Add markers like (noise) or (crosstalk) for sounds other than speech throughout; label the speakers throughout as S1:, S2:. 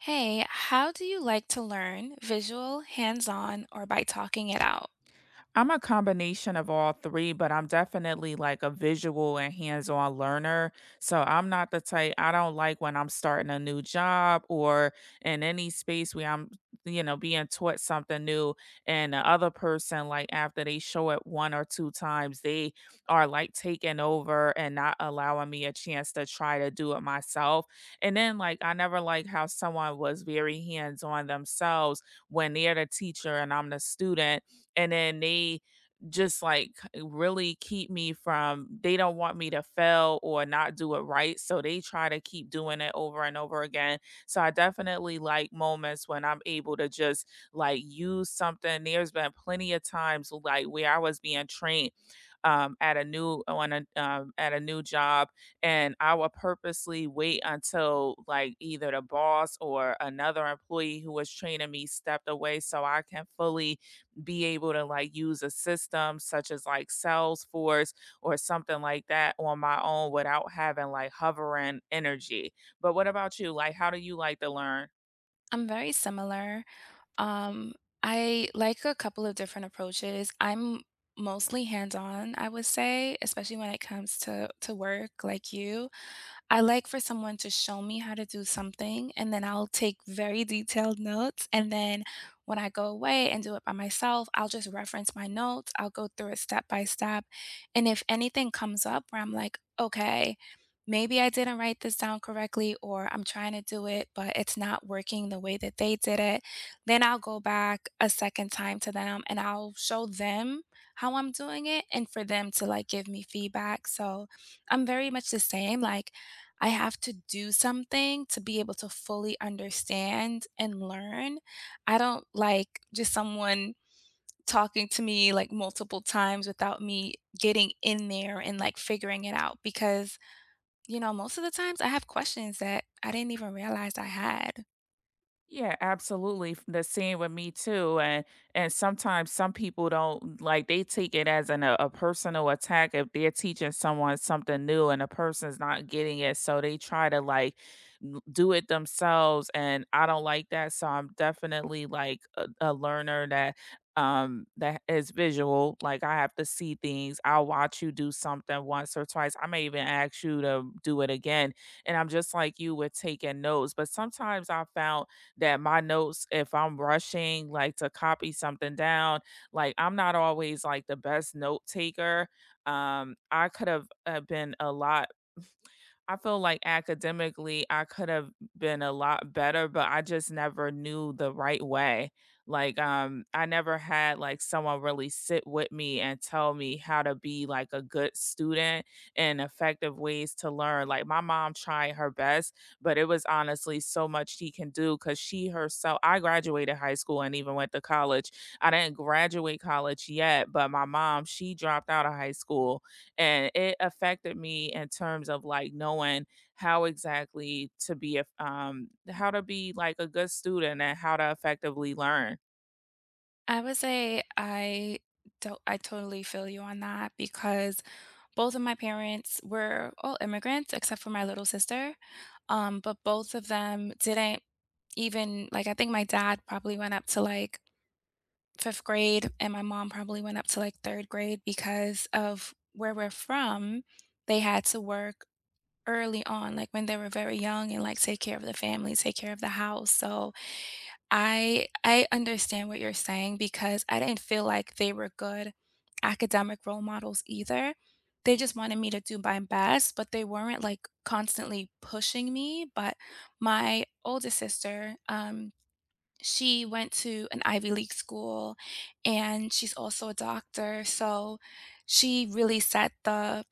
S1: Hey, how do you like to learn? Visual, hands-on, or by talking it out?
S2: I'm a combination of all three, but I'm definitely like a visual and hands on learner. So I'm not the type, I don't like when I'm starting a new job or in any space where I'm, being taught something new. And the other person, like after they show it one or two times, they are like taking over and not allowing me a chance to try to do it myself. And then, like, I never like how someone was very hands on themselves when they're the teacher and I'm the student and then they just like really keep me from they don't want me to fail or not do it right, so they try to keep doing it over and over again. So I definitely like moments when I'm able to just like use something. There's been plenty of times like where I was being trained at a new on a at a new job, and I would purposely wait until like either the boss or another employee who was training me stepped away so I can fully be able to like use a system such as like Salesforce or something like that on my own without having like hovering energy. But what about you? Like, how do you like to learn?
S1: I'm very similar. Um, I like a couple of different approaches. I'm mostly hands-on, I would say, especially when it comes to work like you. I like for someone to show me how to do something, and then I'll take very detailed notes. And then when I go away and do it by myself, I'll just reference my notes. I'll go through it step by step. And if anything comes up where I'm like, okay, maybe I didn't write this down correctly, or I'm trying to do it, but it's not working the way that they did it, then I'll go back a second time to them and I'll show them how I'm doing it and for them to like give me feedback. So I'm very much the same. Like, I have to do something to be able to fully understand and learn. I don't like just someone talking to me like multiple times without me getting in there and like figuring it out because, you know, most of the times I have questions that I didn't even realize I had.
S2: Yeah, absolutely. The same with me too, and sometimes some people don't like they take it as a personal attack if they're teaching someone something new and the person's not getting it, so they try to like do it themselves. And I don't like that, so I'm definitely like a learner that that is visual. Like I have to see things. I'll watch you do something once or twice. I may even ask you to do it again, and I'm just like you with taking notes. But sometimes I found that my notes, if I'm rushing, like to copy something down, like I'm not always like the best note taker. I could have been a lot I feel like academically I could have been a lot better, but I just never knew the right way. Like I never had like someone really sit with me and tell me how to be like a good student and effective ways to learn. Like my mom tried her best, but it was honestly so much she can do cuz she herself I graduated high school and even went to college. I didn't graduate college yet, but my mom, she dropped out of high school and it affected me in terms of like knowing how exactly to be a how to be like a good student and how to effectively learn.
S1: I would say I don't, I totally feel you on that because both of my parents were all immigrants except for my little sister. But both of them didn't. Even like, I think my dad probably went up to, like, 5th grade, and my mom probably went up to, like, 3rd grade because of where we're from, they had to work early on, like, when they were very young and, like, take care of the family, take care of the house, so I understand what you're saying because I didn't feel like they were good academic role models either. They just wanted me to do my best, but they weren't, like, constantly pushing me, but my oldest sister, she went to an Ivy League school, and she's also a doctor, so she really set the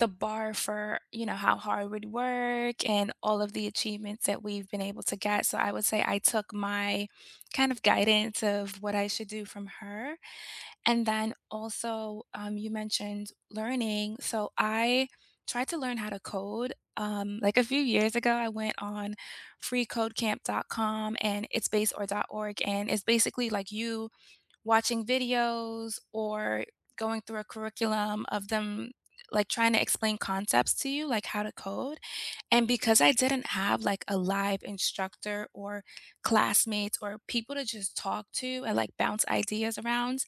S1: bar for, you know, how hard we'd work and all of the achievements that we've been able to get, so I would say I took my kind of guidance of what I should do from her. And then also, you mentioned learning. So I tried to learn how to code. Like a few years ago, I went on freecodecamp.com and it's based or dot .org and it's basically like you watching videos or going through a curriculum of them, like, trying to explain concepts to you, like how to code, and because I didn't have, like, a live instructor or classmates or people to just talk to and, like, bounce ideas around,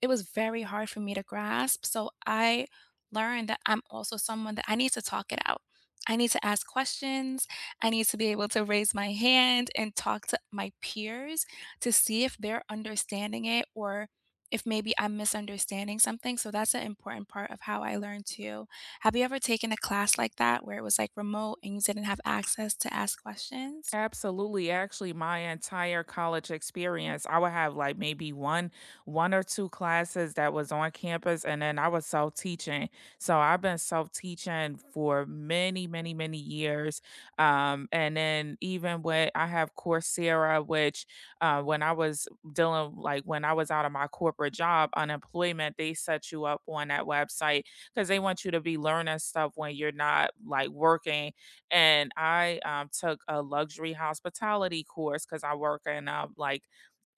S1: it was very hard for me to grasp, so I learned that I'm also someone that I need to talk it out. I need to ask questions, I need to be able to raise my hand and talk to my peers to see if they're understanding it or if maybe I'm misunderstanding something. So that's an important part of how I learn too. Have you ever taken a class like that where it was like remote and you didn't have access to ask questions?
S2: Absolutely. Actually, my entire college experience, I would have like maybe one one or two classes that was on campus and then I was self-teaching. So I've been self-teaching for many, many, many years. And then even with I have Coursera, which when I was dealing like when I was out of my corporate job, unemployment, they set you up on that website because they want you to be learning stuff when you're not like working. And I took a luxury hospitality course because I work in like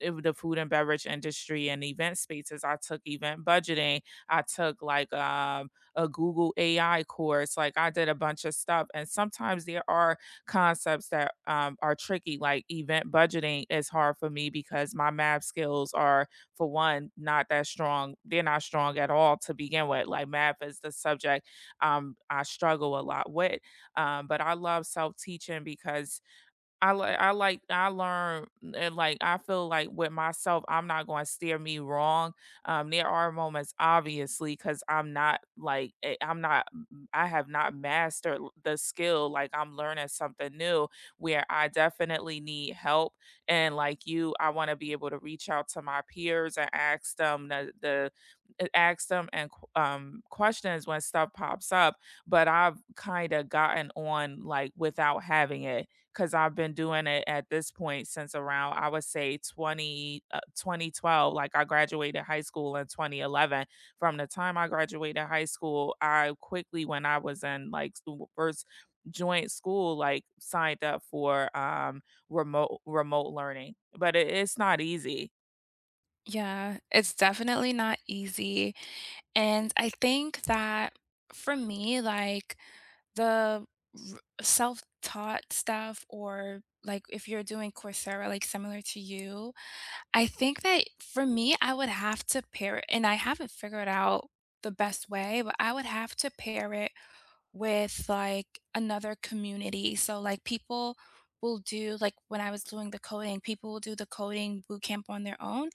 S2: the food and beverage industry and event spaces. I took event budgeting. I took like a Google AI course. Like I did a bunch of stuff. And sometimes there are concepts that are tricky. Like event budgeting is hard for me because my math skills are, for one, not that strong. They're not strong at all to begin with. Like math is the subject I struggle a lot with. But I love self teaching because I like I learn and like I feel like with myself, I'm not going to steer me wrong. There are moments, obviously, because I'm not like I'm not I am not I have not mastered the skill. Like I'm learning something new where I definitely need help. And like you, I want to be able to reach out to my peers and ask them the ask them and questions when stuff pops up. But I've kind of gotten on like without having it, 'cause I've been doing it at this point since around, I would say 20, 2012. Like I graduated high school in 2011. From the time I graduated high school, I quickly, when I was in like school- first joint school, like signed up for remote learning. But it's not easy.
S1: Yeah, it's definitely not easy. And I think that for me, like the self taught stuff, or like if you're doing Coursera, like similar to you, I think that for me, I would have to pair it and I haven't figured out the best way, but I would have to pair it with like another community. So like people will do like when I was doing the coding, people will do the coding boot camp on their own.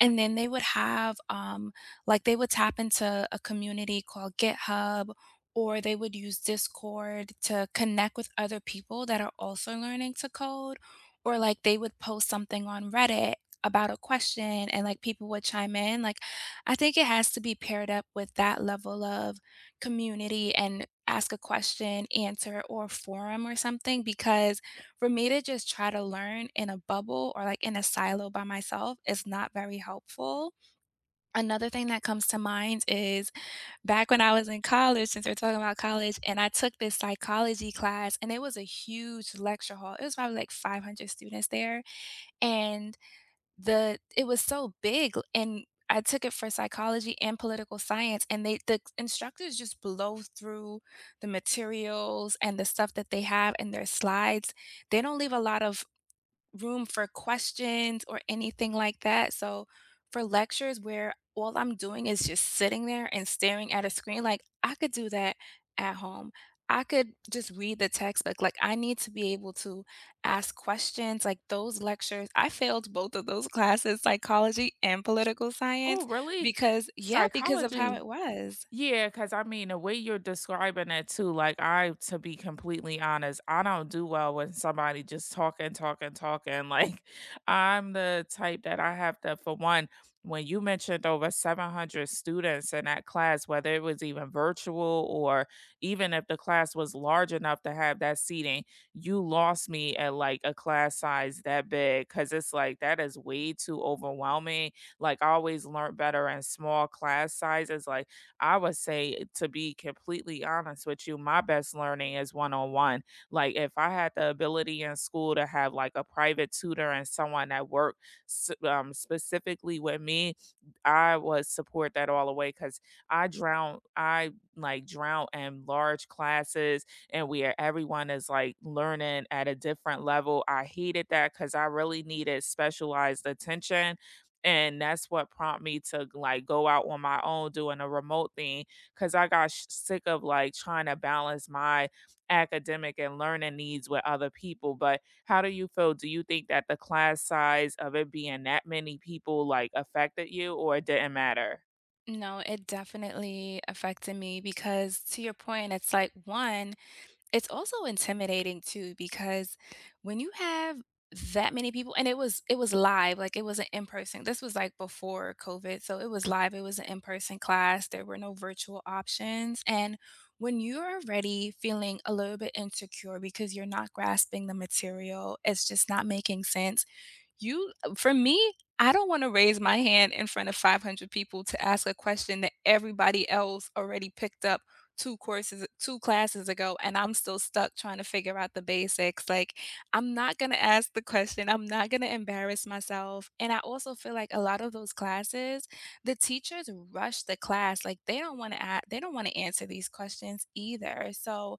S1: And then they would have like they would tap into a community called GitHub or they would use Discord to connect with other people that are also learning to code or like they would post something on Reddit about a question and like people would chime in like I think it has to be paired up with that level of community and ask a question, answer, or a forum or something because for me to just try to learn in a bubble or like in a silo by myself is not very helpful. Another thing that comes to mind is back when I was in college, since we're talking about college, and I took this psychology class, and it was a huge lecture hall. It was probably like 500 students there. And the it was so big, and I took it for psychology and political science, and the instructors just blow through the materials and the stuff that they have in their slides. They don't leave a lot of room for questions or anything like that. So for lectures where all I'm doing is just sitting there and staring at a screen, like I could do that at home. I could just read the textbook. Like I need to be able to ask questions. Like those lectures, I failed both of those classes, psychology and political science,
S2: Oh, really?
S1: because yeah, because of how
S2: Psychology.
S1: it was.
S2: Yeah, because I mean, the way you're describing it too, like I, to be completely honest, I don't do well when somebody just talking. Like (laughs) I'm the type that I have to, for one, when you mentioned over 700 students in that class, whether it was even virtual or even if the class was large enough to have that seating, you lost me at like a class size that big because it's like that is way too overwhelming. Like I always learn better in small class sizes. Like, I would say, to be completely honest with you, my best learning is one on one. Like, if I had the ability in school to have like a private tutor and someone that worked specifically with me, I would support that all the way because I like drown in large classes and where everyone is like learning at a different level. I hated that because I really needed specialized attention and that's what prompted me to like go out on my own doing a remote thing because I got sick of like trying to balance my academic and learning needs with other people. But how do you feel? Do you think that the class size of it being that many people like affected you, or it didn't matter?
S1: No, it definitely affected me because to your point, it's like one, it's also intimidating too because when you have that many people and it was live, like it was an in person. This was like before COVID, so it was live. It was an in-person class. There were no virtual options. And when you're already feeling a little bit insecure because you're not grasping the material, it's just not making sense you for me, I don't wanna raise my hand in front of 500 people to ask a question that everybody else already picked up 2 courses 2 classes ago, and I'm still stuck trying to figure out the basics, like, I'm not gonna ask the question, I'm not gonna embarrass myself, and I also feel like a lot of those classes, the teachers rush the class, like, they don't wanna a they don't wanna answer these questions either, so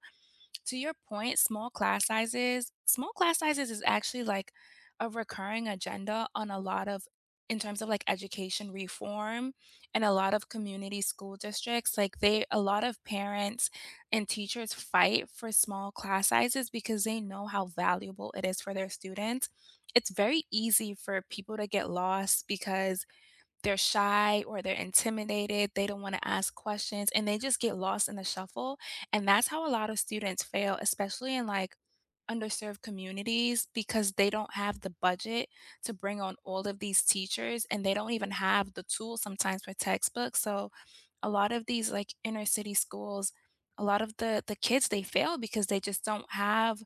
S1: to your point, small class sizes is actually like a recurring agenda on a lot of in terms of like education reform and a lot of community school districts like they a lot of parents and teachers fight for small class sizes because they know how valuable it is for their students. It's very easy for people to get lost because they're shy or they're intimidated, they don't wanna ask questions, and they just get lost in the shuffle, and that's how a lot of students fail, especially in, like, underserved communities because they don't have the budget to bring on all of these teachers, and they don't even have the tools sometimes for textbooks, so a lot of these like inner city schools, a lot of the kids they fail because they just don't have,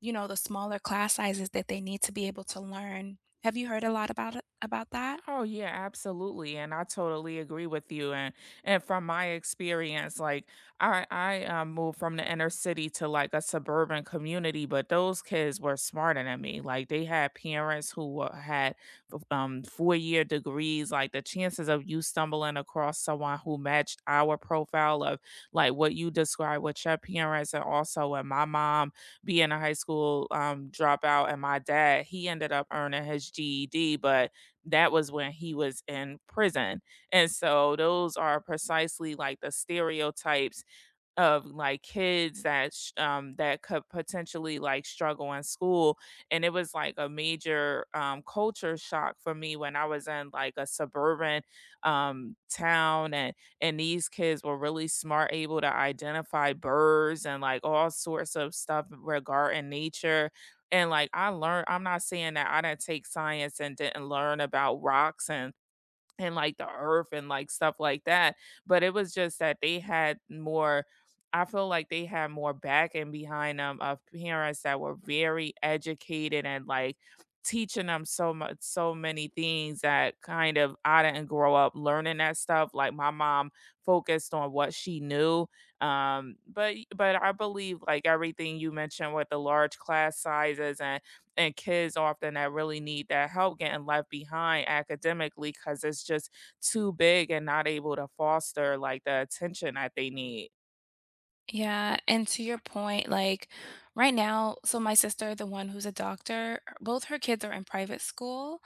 S1: you know, the smaller class sizes that they need to be able to learn. Have you heard a lot about it about that?
S2: Oh yeah, absolutely. And I totally agree with you. And from my experience, like I moved from the inner city to like a suburban community, but those kids were smarter than me. Like they had parents who were, had four-year degrees. Like the chances of you stumbling across someone who matched our profile of like what you described with your parents and also with my mom being a high school dropout and my dad, he ended up earning his GED, but that was when he was in prison. And so those are precisely like the stereotypes of, like, kids that sh that could potentially, like, struggle in school, and it was, like, a major, culture shock for me when I was in, like, a suburban, town, and these kids were really smart, able to identify birds and, like, all sorts of stuff regarding nature, and, like, I learned I'm not saying that I didn't take science and didn't learn about rocks and like the earth and like stuff like that. But it was just that they had more, I feel like they had more back and behind them of parents that were very educated and like teaching them so much, so many things that kind of I didn't grow up learning that stuff. Like my mom focused on what she knew. But I believe like everything you mentioned with the large class sizes and kids often that really need that help getting left behind academically because it's just too big and not able to foster like the attention that they need.
S1: Yeah, and to your point, like right now, so my sister, the one who's a doctor, both her kids are in private school.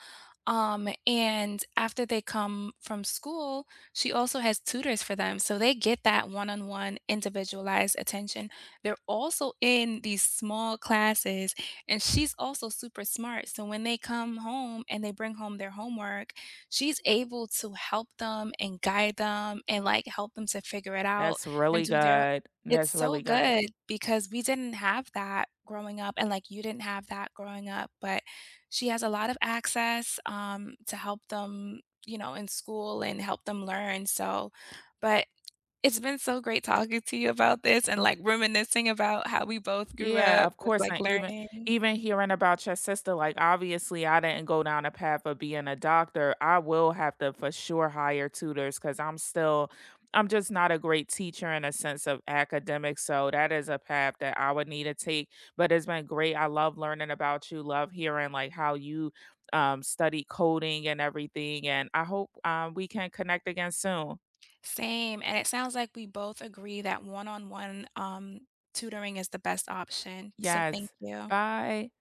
S1: And after they come from school, she also has tutors for them. So they get that one-on-one individualized attention. They're also in these small classes, and she's also super smart. So when they come home and they bring home their homework, she's able to help them and guide them and like help them to figure it out
S2: That's
S1: and
S2: really
S1: do their
S2: good.
S1: it's
S2: That's
S1: so
S2: really good.
S1: good because we didn't have that growing up, and, like, you didn't have that growing up, but she has a lot of access, to help them, you know, in school and help them learn, so but it's been so great talking to you about this and, like, reminiscing about how we both grew
S2: Yeah,
S1: up
S2: of
S1: with,
S2: course,
S1: like,
S2: and even
S1: learning.
S2: even hearing about your sister, like, obviously, I didn't go down a path of being a doctor. I will have to for sure hire tutors because 'cause I'm still I'm just not a great teacher in a sense of academics, so that is a path that I would need to take, but it's been great. I love learning about you, love hearing, like, how you, study coding and everything, and I hope, we can connect again soon.
S1: Same, and it sounds like we both agree that one-on-one, tutoring is the best option, so thank
S2: Yes.
S1: you.
S2: Bye.